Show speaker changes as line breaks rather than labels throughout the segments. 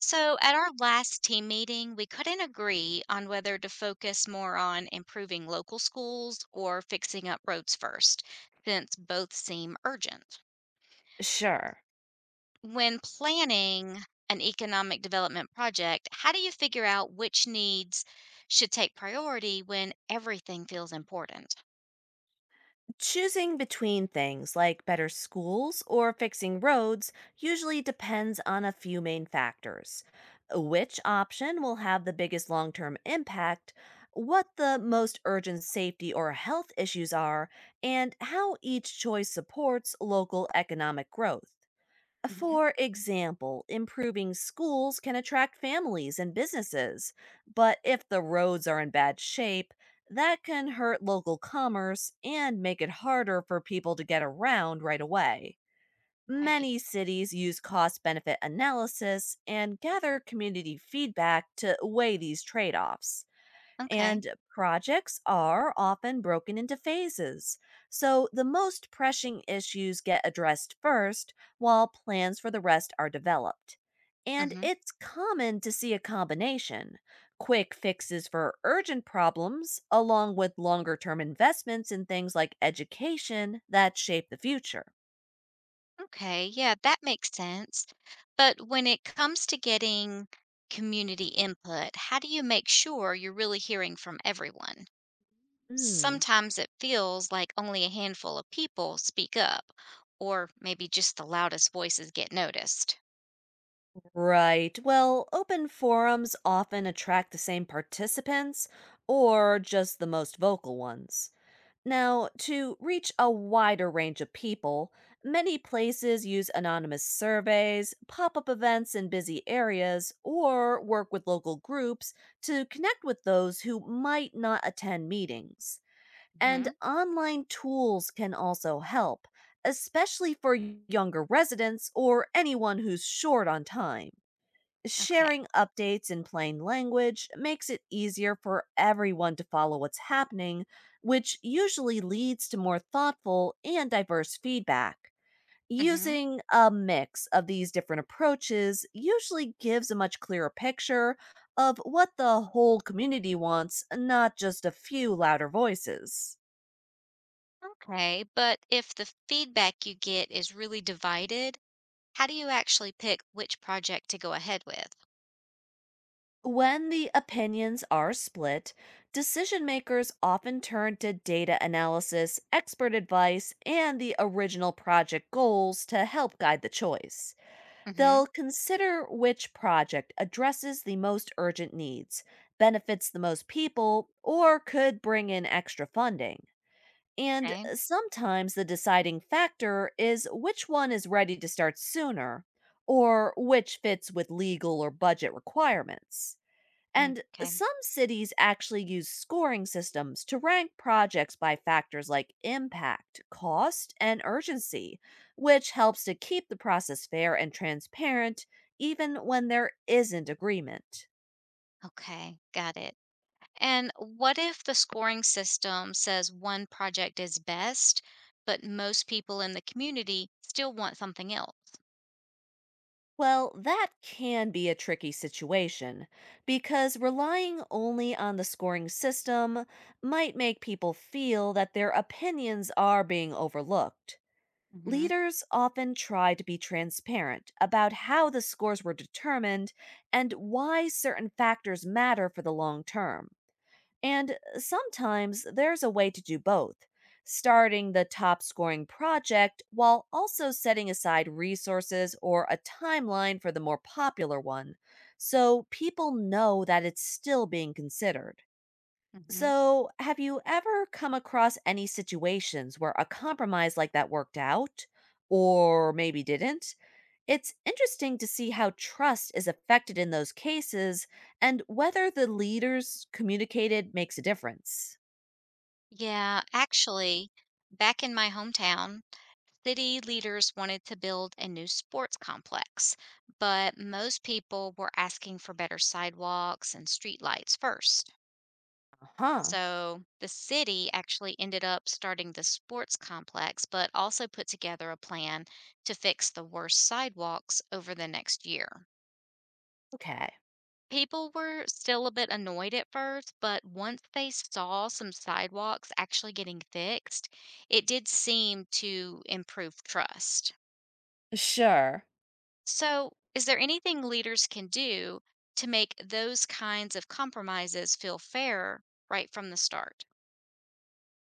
So, at our last team meeting, we couldn't agree on whether to focus more on improving local schools or fixing up roads first, since both seem urgent.
Sure.
When planning an economic development project, how do you figure out which needs should take priority when everything feels important?
Choosing between things like better schools or fixing roads usually depends on a few main factors, which option will have the biggest long term impact, what the most urgent safety or health issues are, and how each choice supports local economic growth.
Mhm.
For example, improving schools can attract families and businesses, but if the roads are in bad shape, that can hurt local commerce and make it harder for people to get around right away.
Right.
Many cities use cost benefit analysis and gather community feedback to weigh these trade offs.
Okay.
And projects are often broken into phases. So the most pressing issues get addressed first, while plans for the rest are developed. And it's common to see a combination, quick fixes for urgent problems, along with longer term investments in things like education that shape the future.
Okay, yeah, that makes sense. But when it comes to getting community input, how do you make sure you're really hearing from everyone?
Hmm.
Sometimes it feels like only a handful of people speak up, or maybe just the loudest voices get noticed.
Right. Well, open forums often attract the same participants or just the most vocal ones. Now, to reach a wider range of people, many places use anonymous surveys, pop up events in busy areas, or work with local groups to connect with those who might not attend meetings. And
Hmm.
online tools can also help, especially for younger residents or anyone who's short on time.
Okay.
Sharing updates in plain language makes it easier for everyone to follow what's happening, which usually leads to more thoughtful and diverse feedback.
Hmm.
Using a mix of these different approaches usually gives a much clearer picture of what the whole community wants, not just a few louder voices.
Okay, but if the feedback you get is really divided, how do you actually pick which project to go ahead with?
When the opinions are split, decision makers often turn to data analysis, expert advice, and the original project goals to help guide the choice.
Hmm.
They'll consider which project addresses the most urgent needs, benefits the most people, or could bring in extra funding. And
Okay.
sometimes the deciding factor is which one is ready to start sooner, or which fits with legal or budget requirements.
Mm,
And
okay.
some cities actually use scoring systems to rank projects by factors like impact, cost, and urgency, which helps to keep the process fair and transparent even when there isn't agreement.
Okay. Got it. And what if the scoring system says one project is best, but most people in the community still want something else?
Well, that can be a tricky situation because relying only on the scoring system might make people feel that their opinions are being overlooked.
Hmm.
Leaders often try to be transparent about how the scores were determined and why certain factors matter for the long term. And sometimes there's a way to do both, starting the top scoring project while also setting aside resources or a timeline for the more popular one, so people know that it's still being considered.
Hmm.
So, have you ever come across any situations where a compromise like that worked out or maybe didn't? It's interesting to see how trust is affected in those cases and whether the leaders communicated makes a difference.
Yeah, actually, back in my hometown, city leaders wanted to build a new sports complex, but most people were asking for better sidewalks and streetlights first.
Uh huh.
So the city actually ended up starting the sports complex, but also put together a plan to fix the worst sidewalks over the next year.
Okay.
People were still a bit annoyed at first, but once they saw some sidewalks actually getting fixed, it did seem to improve trust.
Sure.
So, is there anything leaders can do to make those kinds of compromises feel fair right from the start?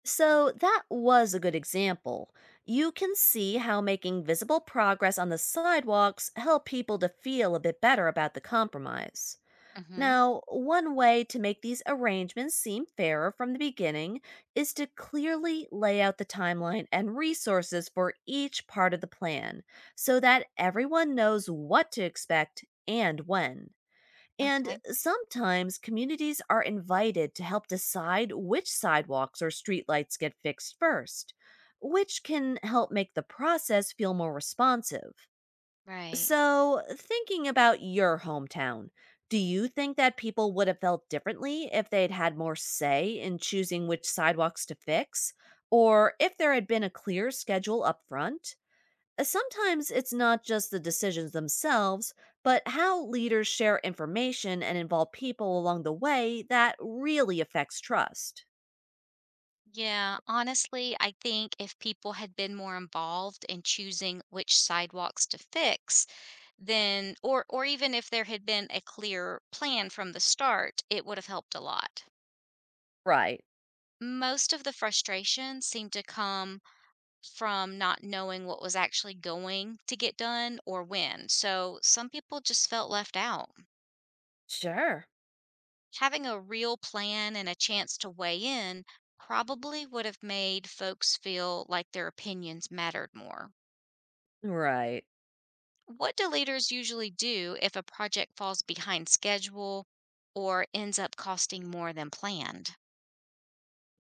So, that was a good example. You can see how making visible progress on the sidewalks help people to feel a bit better about the compromise.
Mhm.
Now, one way to make these arrangements seem fairer from the beginning is to clearly lay out the timeline and resources for each part of the plan so that everyone knows what to expect and when. And
Okay.
sometimes communities are invited to help decide which sidewalks or streetlights get fixed first, which can help make the process feel more responsive.
Right.
So, thinking about your hometown, do you think that people would have felt differently if they'd had more say in choosing which sidewalks to fix? Or if there had been a clear schedule up front? Sometimes it's not just the decisions themselves, but how leaders share information and involve people along the way that really affects trust.
Yeah, honestly, I think if people had been more involved in choosing which sidewalks to fix, then or even if there had been a clear plan from the start, it would have helped a lot.
Right.
Most of the frustration seemed to come from not knowing what was actually going to get done or when. So some people just felt left out.
Sure.
Having a real plan and a chance to weigh in probably would have made folks feel like their opinions mattered more.
Right.
What do leaders usually do if a project falls behind schedule or ends up costing more than planned?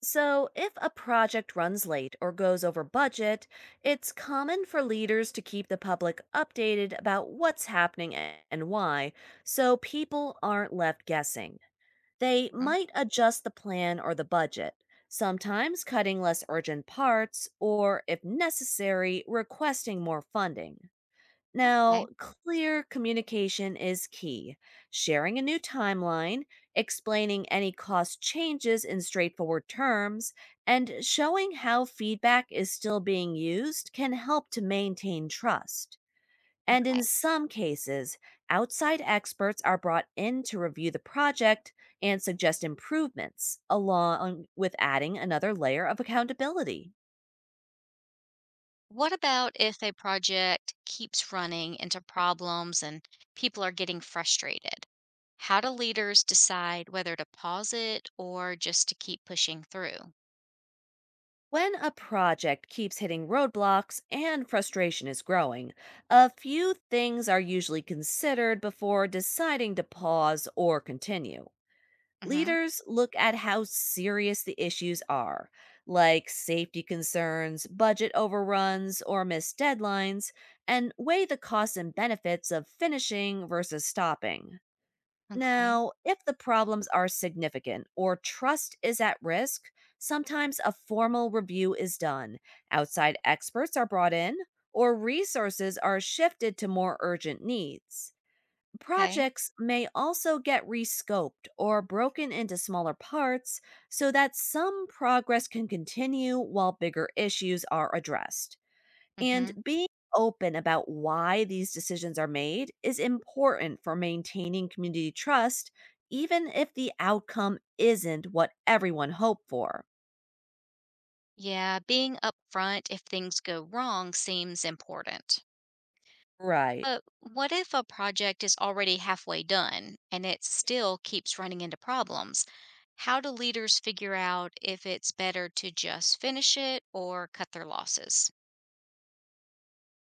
So, if a project runs late or goes over budget, it's common for leaders to keep the public updated about what's happening and why, so people aren't left guessing. They
Mm,
might adjust the plan or the budget, sometimes cutting less urgent parts, or if necessary, requesting more funding. Now,
okay,
clear communication is key. Sharing a new timeline, explaining any cost changes in straightforward terms, and showing how feedback is still being used can help to maintain trust. And
okay.
in some cases, outside experts are brought in to review the project and suggest improvements, along with adding another layer of accountability.
What about if a project keeps running into problems and people are getting frustrated? How do leaders decide whether to pause it or just to keep pushing through?
When a project keeps hitting roadblocks and frustration is growing, a few things are usually considered before deciding to pause or continue.
Hmm.
Leaders look at how serious the issues are, like safety concerns, budget overruns, or missed deadlines, and weigh the costs and benefits of finishing versus stopping.
Okay,
Now, if the problems are significant or trust is at risk, sometimes a formal review is done. Outside experts are brought in, or resources are shifted to more urgent needs.
okay.
Projects may also get rescoped or broken into smaller parts so that some progress can continue while bigger issues are addressed. And
Hmm.
being open about why these decisions are made is important for maintaining community trust, even if the outcome isn't what everyone hoped for.
Yeah, being upfront if things go wrong seems important.
Right.
But what if a project is already halfway done and it still keeps running into problems? How do leaders figure out if it's better to just finish it or cut their losses?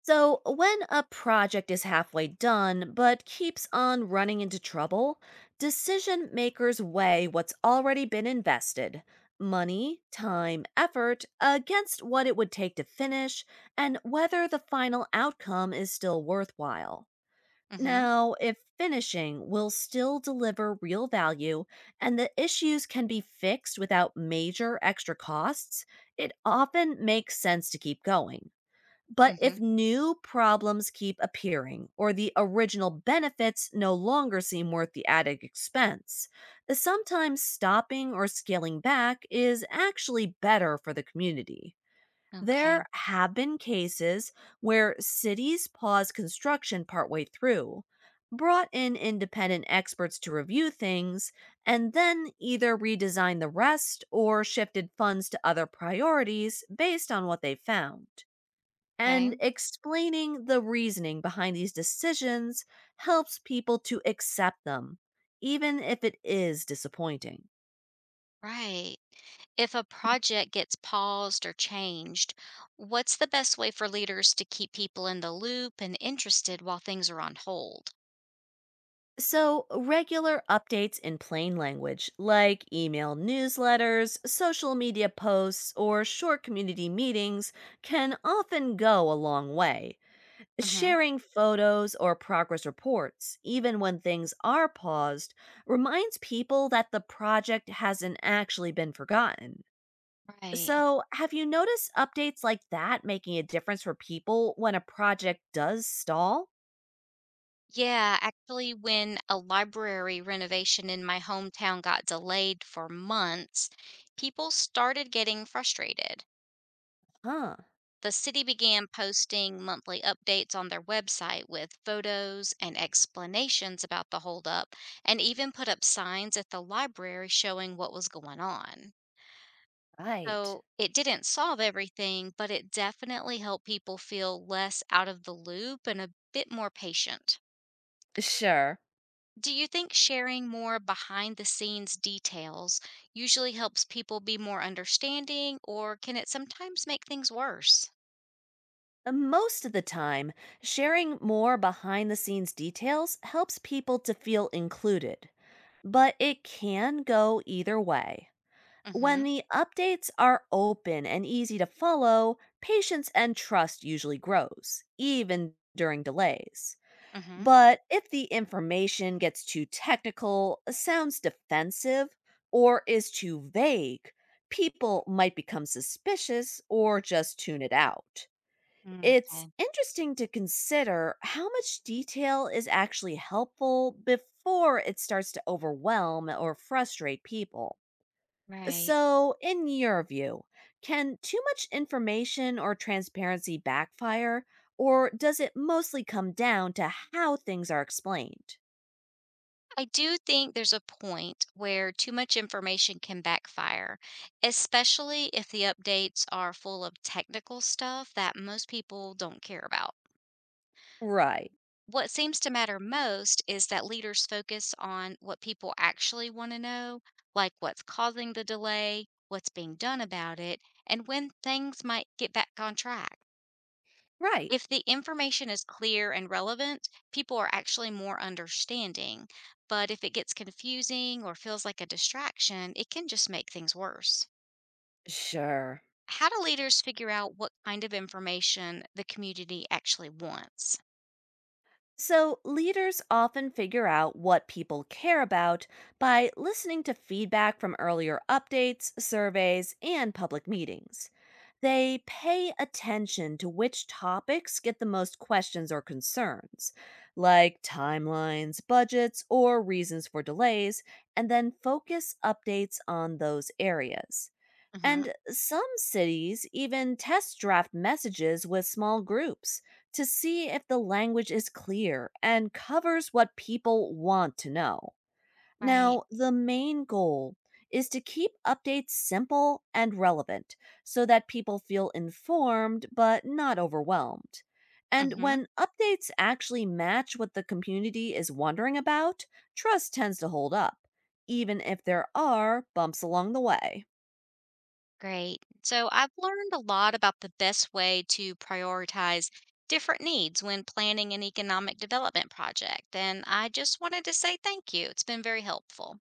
So, when a project is halfway done but keeps on running into trouble, decision makers weigh what's already been invested, money, time, effort against what it would take to finish, and whether the final outcome is still worthwhile.
Mhm.
Now, if finishing will still deliver real value and the issues can be fixed without major extra costs, it often makes sense to keep going. But if
Mhm.
new problems keep appearing or the original benefits no longer seem worth the added expense, sometimes stopping or scaling back is actually better for the community. There
Okay.
have been cases where cities paused construction partway through, brought in independent experts to review things, and then either redesigned the rest or shifted funds to other priorities based on what they found.
Okay.
And explaining the reasoning behind these decisions helps people to accept them, even if it is disappointing.
Right. If a project gets paused or changed, what's the best way for leaders to keep people in the loop and interested while things are on hold?
So, regular updates in plain language, like email newsletters, social media posts, or short community meetings, can often go a long way.
Mhm.
Sharing photos or progress reports, even when things are paused, reminds people that the project hasn't actually been forgotten.
Right.
So, have you noticed updates like that making a difference for people when a project does stall?
Yeah, actually, when a library renovation in my hometown got delayed for months, people started getting frustrated.
Huh,
The city began posting monthly updates on their website with photos and explanations about the holdup, and even put up signs at the library showing what was going on.
right.
So it didn't solve everything, but it definitely helped people feel less out of the loop and a bit more patient.
Sure.
Do you think sharing more behind the scenes details usually helps people be more understanding, or can it sometimes make things worse?
Most of the time, sharing more behind the scenes details helps people to feel included, but it can go either way.
Mm-hmm.
When the updates are open and easy to follow, patience and trust usually grows, even during delays.
Mm-hmm.
But if the information gets too technical, sounds defensive, or is too vague, people might become suspicious or just tune it out. It's
Okay.
interesting to consider how much detail is actually helpful before it starts to overwhelm or frustrate people.
Right.
So, in your view, can too much information or transparency backfire, or does it mostly come down to how things are explained?
I do think there's a point where too much information can backfire, especially if the updates are full of technical stuff that most people don't care about.
Right,
What seems to matter most is that leaders focus on what people actually want to know, like what's causing the delay, what's being done about it, and when things might get back on track.
right,
If the information is clear and relevant, people are actually more understanding. But if it gets confusing or feels like a distraction, it can just make things worse.
sure.
How do leaders figure out what kind of information the community actually wants?
So, leaders often figure out what people care about by listening to feedback from earlier updates, surveys, and public meetings. They pay attention to which topics get the most questions or concerns, like timelines, budgets, or reasons for delays, and then focus updates on those areas.
Hmm.
And some cities even test draft messages with small groups to see if the language is clear and covers what people want to know.
Right.
Now, the main goal is to keep updates simple and relevant so that people feel informed but not overwhelmed. And
Hmm.
when updates actually match what the community is wondering about, trust tends to hold up, even if there are bumps along the way.
Great. So I've learned a lot about the best way to prioritize different needs when planning an economic development project, and I just wanted to say thank you. It's been very helpful.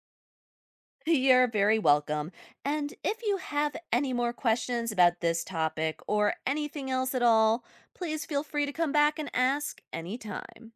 You're very welcome. And if you have any more questions about this topic or anything else at all, please feel free to come back and ask anytime.